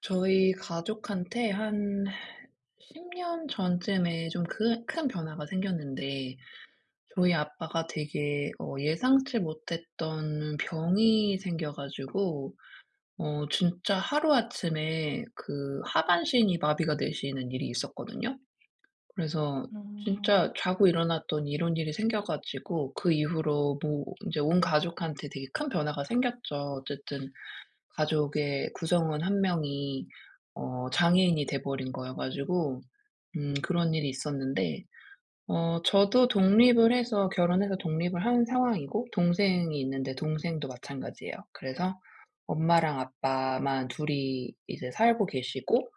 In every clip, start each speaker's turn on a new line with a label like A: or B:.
A: 저희 가족한테 한 10년 전쯤에 좀 그 큰 변화가 생겼는데, 저희 아빠가 되게 예상치 못했던 병이 생겨 가지고 진짜 하루아침에 그 하반신이 마비가 되시는 일이 있었거든요. 그래서
B: 어.
A: 진짜 자고 일어났더니 이런 일이 생겨 가지고 그 이후로 뭐 인제 온 가족한테 되게 큰 변화가 생겼죠. 어쨌든 가족의 구성원 한 명이 장애인이 돼 버린 거여 가지고 그런 일이 있었는데, 저도 독립을 해서 결혼해서 독립을 한 상황이고, 동생이 있는데 동생도 마찬가지예요. 그래서 엄마랑 아빠만 둘이 이제 살고 계시고,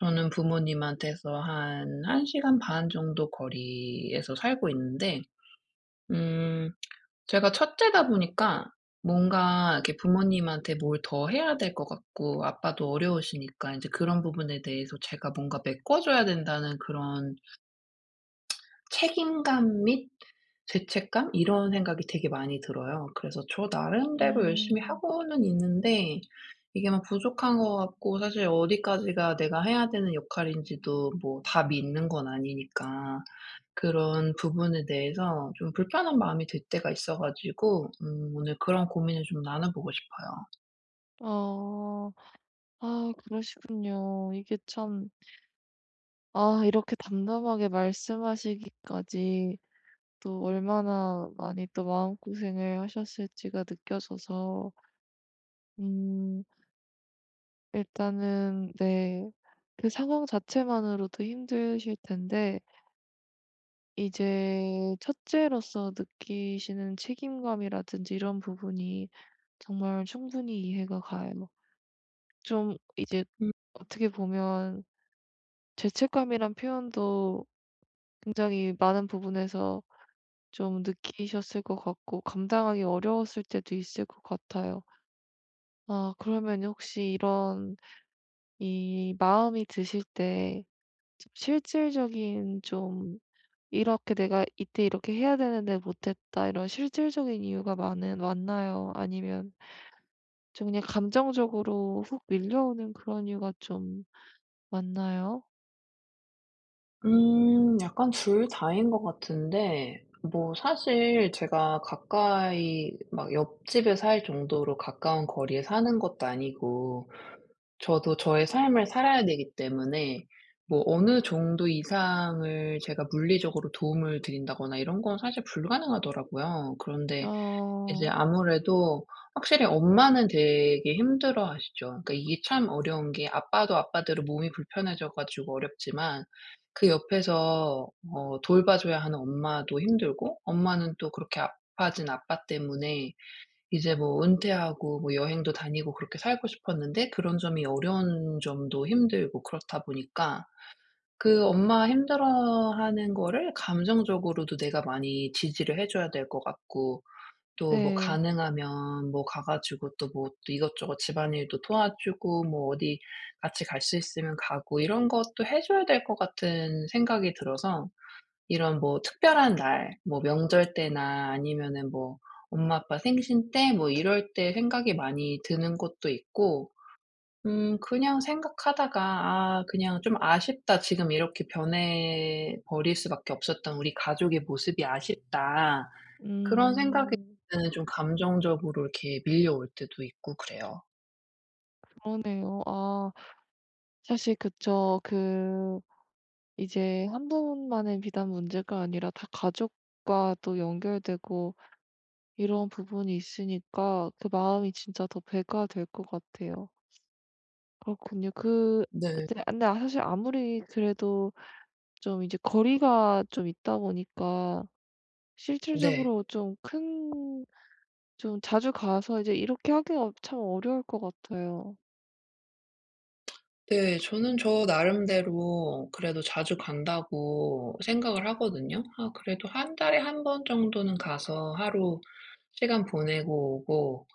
A: 저는 부모님한테서 한 1 시간 반 정도 거리에서 살고 있는데, 음 제가 첫째다 보니까 뭔가 이렇게 부모님한테 뭘 더 해야 될 것 같고, 아빠도 어려우시니까 이제 그런 부분에 대해서 제가 뭔가 메꿔줘야 된다는 그런 책임감 및 죄책감, 이런 생각이 되게 많이 들어요. 그래서 저 나름대로 열심히
B: 음.
A: 하고는 있는데 이게 막 부족한 것 같고, 사실 어디까지가 내가 해야 되는 역할인지도 뭐 답이 있는 건 아니니까 그런 부분에 대해서 좀 불편한 마음이 들 때가 있어 가지고, 오늘 그런 고민을 좀 나눠 보고 싶어요.
B: 어. 아, 그러시군요. 이게 참, 아 이렇게 담담하게 말씀하시기까지 또 얼마나 많이 또 마음고생을 하셨을지가 느껴져서. 음 일단은 네, 그 상황 자체만으로도 힘드실 텐데 이제 첫째로서 느끼시는 책임감이라든지 이런 부분이 정말 충분히 이해가 가요. 좀 이제
A: 음.
B: 어떻게 보면 죄책감이란 표현도 굉장히 많은 부분에서 좀 느끼셨을 것 같고, 감당하기 어려웠을 때도 있을 것 같아요. 아, 그러면 혹시 이런 이 마음이 드실 때좀 실질적인 좀 '이렇게 내가 이때 이렇게 해야 되는데 못했다.' 이런 실질적인 이유가 많은 왔나요? 아니면 좀 그냥 감정적으로 훅 밀려오는 그런 이유가 좀 많나요?
A: 약간 둘 다인 것 같은데, 뭐 사실 제가 가까이 막 옆집에 살 정도로 가까운 거리에 사는 것도 아니고, 저도 저의 삶을 살아야 되기 때문에 뭐 어느 정도 이상을 제가 물리적으로 도움을 드린다거나 이런 건 사실 불가능하더라고요. 그런데 이제
B: 어.
A: 아무래도 확실히 엄마는 되게 힘들어하시죠. 그러니까 이게 참 어려운 게, 아빠도 아빠대로 몸이 불편해져 가지고 어렵지만, 그 옆에서 돌봐줘야 하는 엄마도 힘들고, 엄마는 또 그렇게 아파진 아빠 때문에 이제 뭐 은퇴하고 뭐 여행도 다니고 그렇게 살고 싶었는데 그런 점이, 어려운 점도 힘들고. 그렇다 보니까 그 엄마 힘들어하는 거를 감정적으로도 내가 많이 지지를 해 줘야 될 것 같고, 또 뭐
B: 네.
A: 가능하면 뭐 가 가지고 또 뭐 또 이것저것 집안일도 도와주고, 뭐 어디 같이 갈 수 있으면 가고, 이런 것도 해 줘야 될 것 같은 생각이 들어서, 이런 뭐 특별한 날, 뭐 명절 때나 아니면은 뭐 엄마 아빠 생신 때, 뭐 이럴 때 생각이 많이 드는 것도 있고. 그냥 생각하다가 '아 그냥 좀 아쉽다. 지금 이렇게 변해 버릴 수밖에 없었던 우리 가족의 모습이 아쉽다.' 그런 생각이
B: 음.
A: 들 때는 좀 감정적으로 이렇게 밀려올 때도 있고 그래요.
B: 그러네요. 아, 사실 그쵸. 이제 한 분만의 비단 문제가 아니라 다 가족과 또 연결되고 이런 부분이 있으니까 그 마음이 진짜 더 배가 될 것 같아요. 그렇군요.
A: 네.
B: 그때 근데, 아 사실 아무리 그래도 좀 이제 거리가 좀 있다 보니까
A: 네.
B: 실질적으로 좀 큰, 좀 자주 가서 이제 이렇게 하기가 참 어려울 것 같아요.
A: 네. 저는 저 나름대로 그래도 자주 간다고 생각을 하거든요. 아 그래도 한 달에 한 번 정도는 가서 하루 시간 보내고 오고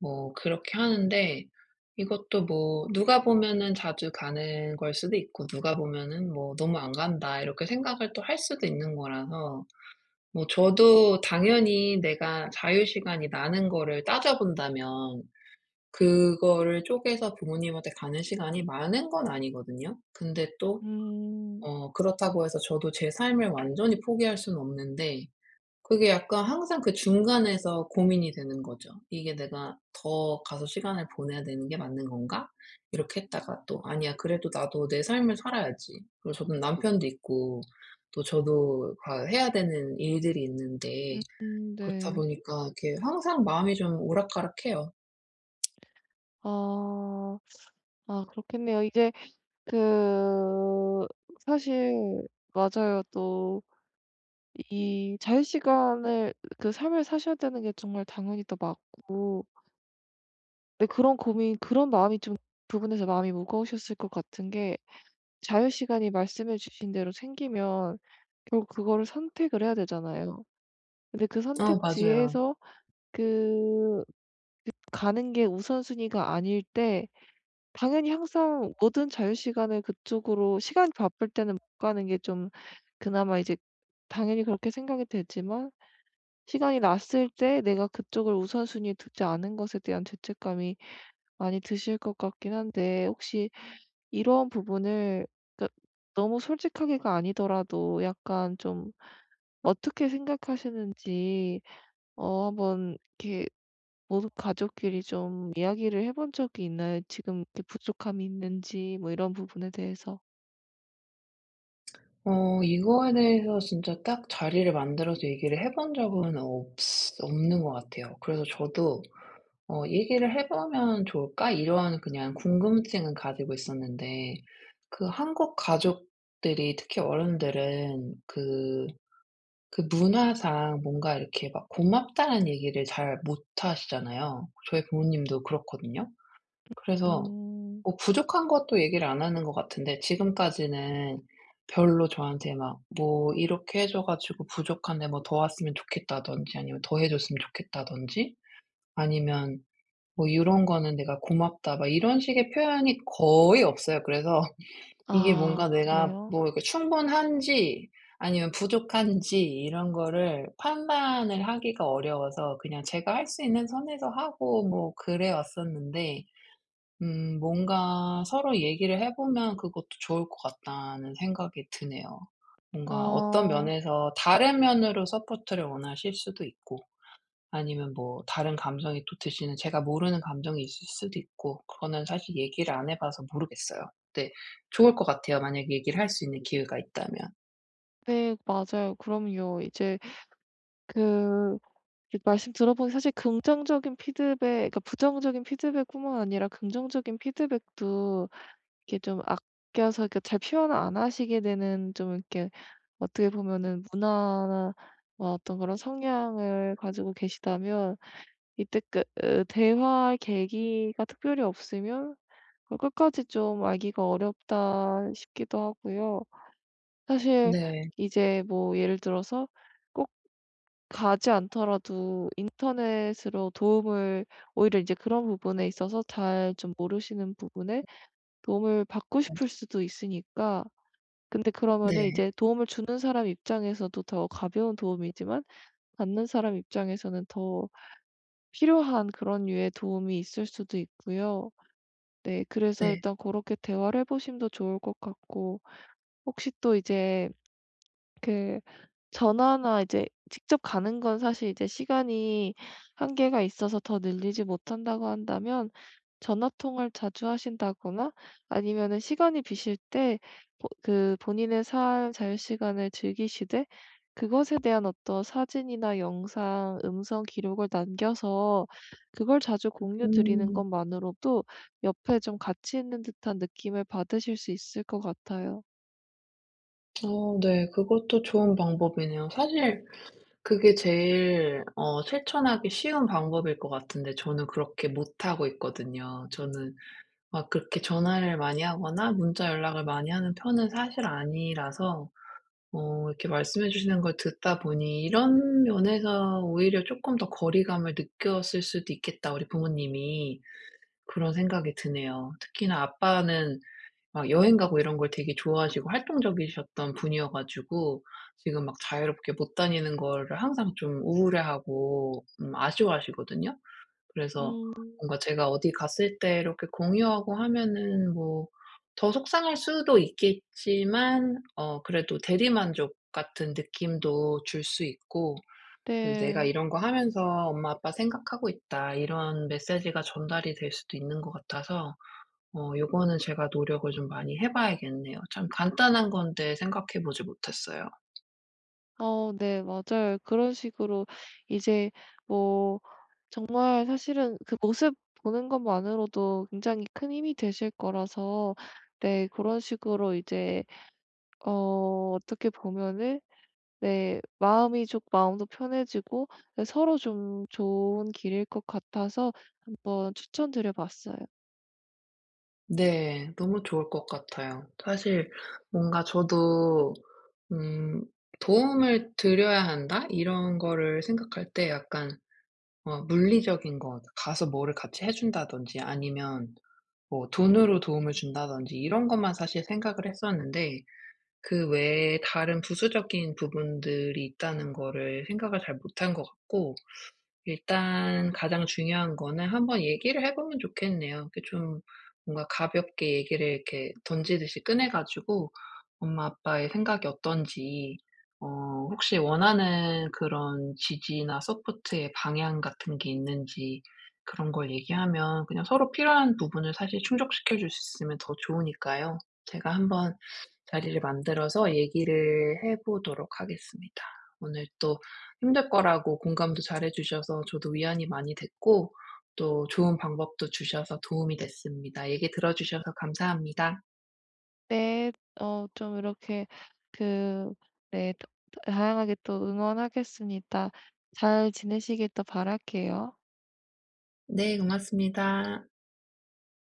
A: 뭐 그렇게 하는데, 이것도 뭐 누가 보면은 '자주 가는 걸' 수도 있고, 누가 보면은 뭐 '너무 안 간다.' 이렇게 생각을 또 할 수도 있는 거라서. 뭐 저도 당연히 내가 자유 시간이 나는 거를 따져 본다면, 그거를 쪼개서 부모님한테 가는 시간이 많은 건 아니거든요. 근데 또
B: 음.
A: 그렇다고 해서 저도 제 삶을 완전히 포기할 수는 없는데, 그게 약간 항상 그 중간에서 고민이 되는 거죠. '이게 내가 더 가서 시간을 보내야 되는 게 맞는 건가?' 이렇게 했다가 또 '아니야 그래도 나도 내 삶을 살아야지.' 그리고 저는 남편도 있고, 또 저도 다 해야 되는 일들이 있는데, 그렇다
B: 네.
A: 보니까 이렇게 항상 마음이 좀 오락가락해요.
B: 아. 아, 그렇겠네요. 그 사실 맞아요. 또 이 자유시간을, 그 삶을 사셔야 되는 게 정말 당연히 또 맞고, 근데 그런 고민 그런 마음이 좀, 부분에서 마음이 무거우셨을 것 같은 게, 자유시간이 말씀해 주신 대로 생기면 결국 그거를 선택을 해야 되잖아요. 근데 그
A: 어 맞아요.
B: 선택지에서 그 가는 게 우선순위가 아닐 때 당연히 항상 모든 자유 시간을 그쪽으로, 시간이 바쁠 때는 못 가는 게 좀 그나마 이제 당연히 그렇게 생각이 되지만, 시간이 났을 때 내가 그쪽을 우선순위에 두지 않은 것에 대한 죄책감이 많이 드실 것 같긴 한데, 혹시 이런 부분을, 그러니까 너무 솔직하게가 아니더라도 약간 좀 어떻게 생각하시는지 한번 이렇게 모두 가족끼리 좀 이야기를 해본 적이 있나요? 지금 이렇게 부족함이 있는지 뭐 이런 부분에 대해서.
A: 이거에 대해서 진짜 딱 자리를 만들어서 얘기를 해본 적은 없 없는 것 같아요. 그래서 저도 '얘기를 해 보면 좋을까?' 이런 그냥 궁금증은 가지고 있었는데, 그 한국 가족들이 특히 어른들은 그 문화상 뭔가 이렇게 막 고맙다는 얘기를 잘 못 하시잖아요. 저희 부모님도 그렇거든요. 그래서
B: 음.
A: 뭐 부족한 것도 얘기를 안 하는 것 같은데, 지금까지는 별로 저한테 막 뭐 "이렇게 해줘 가지고 부족한데 뭐 더 왔으면 좋겠다."든지, 아니면 "더 해 줬으면 좋겠다."든지, 아니면 뭐 "요런 거는 내가 고맙다." 막 이런 식의 표현이 거의 없어요. 그래서 이게
B: 아
A: 뭔가 내가
B: 그래요?
A: 뭐 이렇게 충분한지 아니면 부족한지 이런 거를 판단을 하기가 어려워서 그냥 제가 할 수 있는 선에서 하고 뭐 그래 왔었는데, 뭔가 서로 얘기를 해 보면 그것도 좋을 것 같다는 생각이 드네요. 뭔가 어떤
B: 아.
A: 면에서 다른 면으로 서포트를 원하실 수도 있고, 아니면 뭐 다른 감정이 또 드시는, 제가 모르는 감정이 있을 수도 있고, 그거는 사실 얘기를 안 해 봐서 모르겠어요. 네. 좋을 것 같아요, 만약에 얘기를 할 수 있는 기회가 있다면.
B: 네 맞아요. 그럼요. 그 말씀 들어보니 사실 긍정적인 피드백, 그러니까 부정적인 피드백뿐만 아니라 긍정적인 피드백도 이렇게 좀 아껴서 이렇게 잘 표현을 안 하시게 되는 좀 이렇게 어떻게 보면은 문화나 뭐 어떤 그런 성향을 가지고 계시다면, 이때 그 으 대화할 계기가 특별히 없으면 그걸 끝까지 좀 알기가 어렵다 싶기도 하고요. 사실
A: 네.
B: 이제 뭐 예를 들어서 꼭 가지 않더라도 인터넷으로 도움을, 오히려 이제 그런 부분에 있어서 잘 좀 모르시는 부분에 도움을 받고
A: 네.
B: 싶을 수도 있으니까. 근데 그러면은
A: 네.
B: 이제 도움을 주는 사람 입장에서도 더 가벼운 도움이지만 받는 사람 입장에서는 더 필요한 그런 류의 도움이 있을 수도 있고요. 네, 그래서
A: 네.
B: 일단 그렇게 대화를 해 보심도 좋을 것 같고, 혹시 또 이제 그 전화나 이제 직접 가는 건 사실 이제 시간이 한계가 있어서 더 늘리지 못한다고 한다면, 전화 통화를 자주 하신다거나 아니면은 시간이 비실 때 그 본인의 삶 자유시간을 즐기시되 그것에 대한 어떤 사진이나 영상, 음성 기록을 남겨서 그걸 자주 공유 드리는
A: 음.
B: 것만으로도 옆에 좀 같이 있는 듯한 느낌을 받으실 수 있을 것 같아요.
A: 어 네. 그것도 좋은 방법이네요. 사실 그게 제일 실천하기 쉬운 방법일 것 같은데, 저는 그렇게 못하고 있거든요. 저는 막 그렇게 전화를 많이 하거나 문자 연락을 많이 하는 편은 사실 아니라서, 이렇게 말씀해 주시는 걸 듣다 보니 이런 면에서 오히려 '쪼끔 더 거리감을 느꼈을 수도 있겠다, 우리 부모님이.' 그런 생각이 드네요. 특히나 아빠는 막 여행 가고 이런 걸 되게 좋아하시고 활동적이셨던 분이어 가지고, 지금 막 자유롭게 못 다니는 거를 항상 좀 우울해하고 아쉬워하시거든요. 그래서
B: 음
A: 뭔가 제가 어디 갔을 때 이렇게 공유하고 하면은 뭐 더 속상할 수도 있겠지만, 그래도 대리만족 같은 느낌도 줄 수 있고, 그래서 '내가
B: 네.
A: 이런 거 하면서 엄마 아빠 생각하고 있다.' 이런 메시지가 전달이 될 수도 있는 것 같아서, 요거는 제가 노력을 좀 많이 해 봐야겠네요. 참 간단한 건데 생각해 보지 못했어요.
B: 어 네 맞아요. 그런 식으로 이제 뭐 정말 사실은 그 모습 보는 것만으로도 굉장히 큰 힘이 되실 거라서, 네 그런 식으로 이제 어 어떻게 보면은 네 마음이 좀, 마음도 편해지고 네 서로 좀 좋은 길일 것 같아서 한번 추천드려 봤어요.
A: 네. 너무 좋을 것 같아요. 사실 뭔가 저도 음 '도움을 드려야 한다.' 이런 거를 생각할 때 약간 물리적인 것 가서 뭐를 같이 해 준다든지, 아니면 뭐 돈으로 도움을 준다든지, 이런 것만 사실 생각을 했었는데, 그 외에 다른 부수적인 부분들이 있다는 거를 생각을 잘 못한 것 같고. 일단 가장 중요한 거는 한번 얘기를 해 보면 좋겠네요. 이렇게 좀 뭔가 가볍게 얘기를 이렇게 던지듯이 꺼내 가지고 엄마 아빠의 생각이 어떤지, 어 혹시 원하는 그런 지지나 서포트의 방향 같은 게 있는지, 그런 걸 얘기하면 그냥 서로 필요한 부분을 사실 충족시켜 줄 수 있으면 더 좋으니까요. 제가 한번 자리를 만들어서 얘기를 해 보도록 하겠습니다. 오늘 또 힘들 거라고 공감도 잘해 주셔서 저도 위안이 많이 됐고, 또 좋은 방법도 주셔서 도움이 됐습니다. 얘기 들어 주셔서 감사합니다.
B: 네. 어 좀 이렇게 그 네, 다양하게 또 응원하겠습니다. 잘 지내시길 또 바랄게요.
A: 네, 고맙습니다.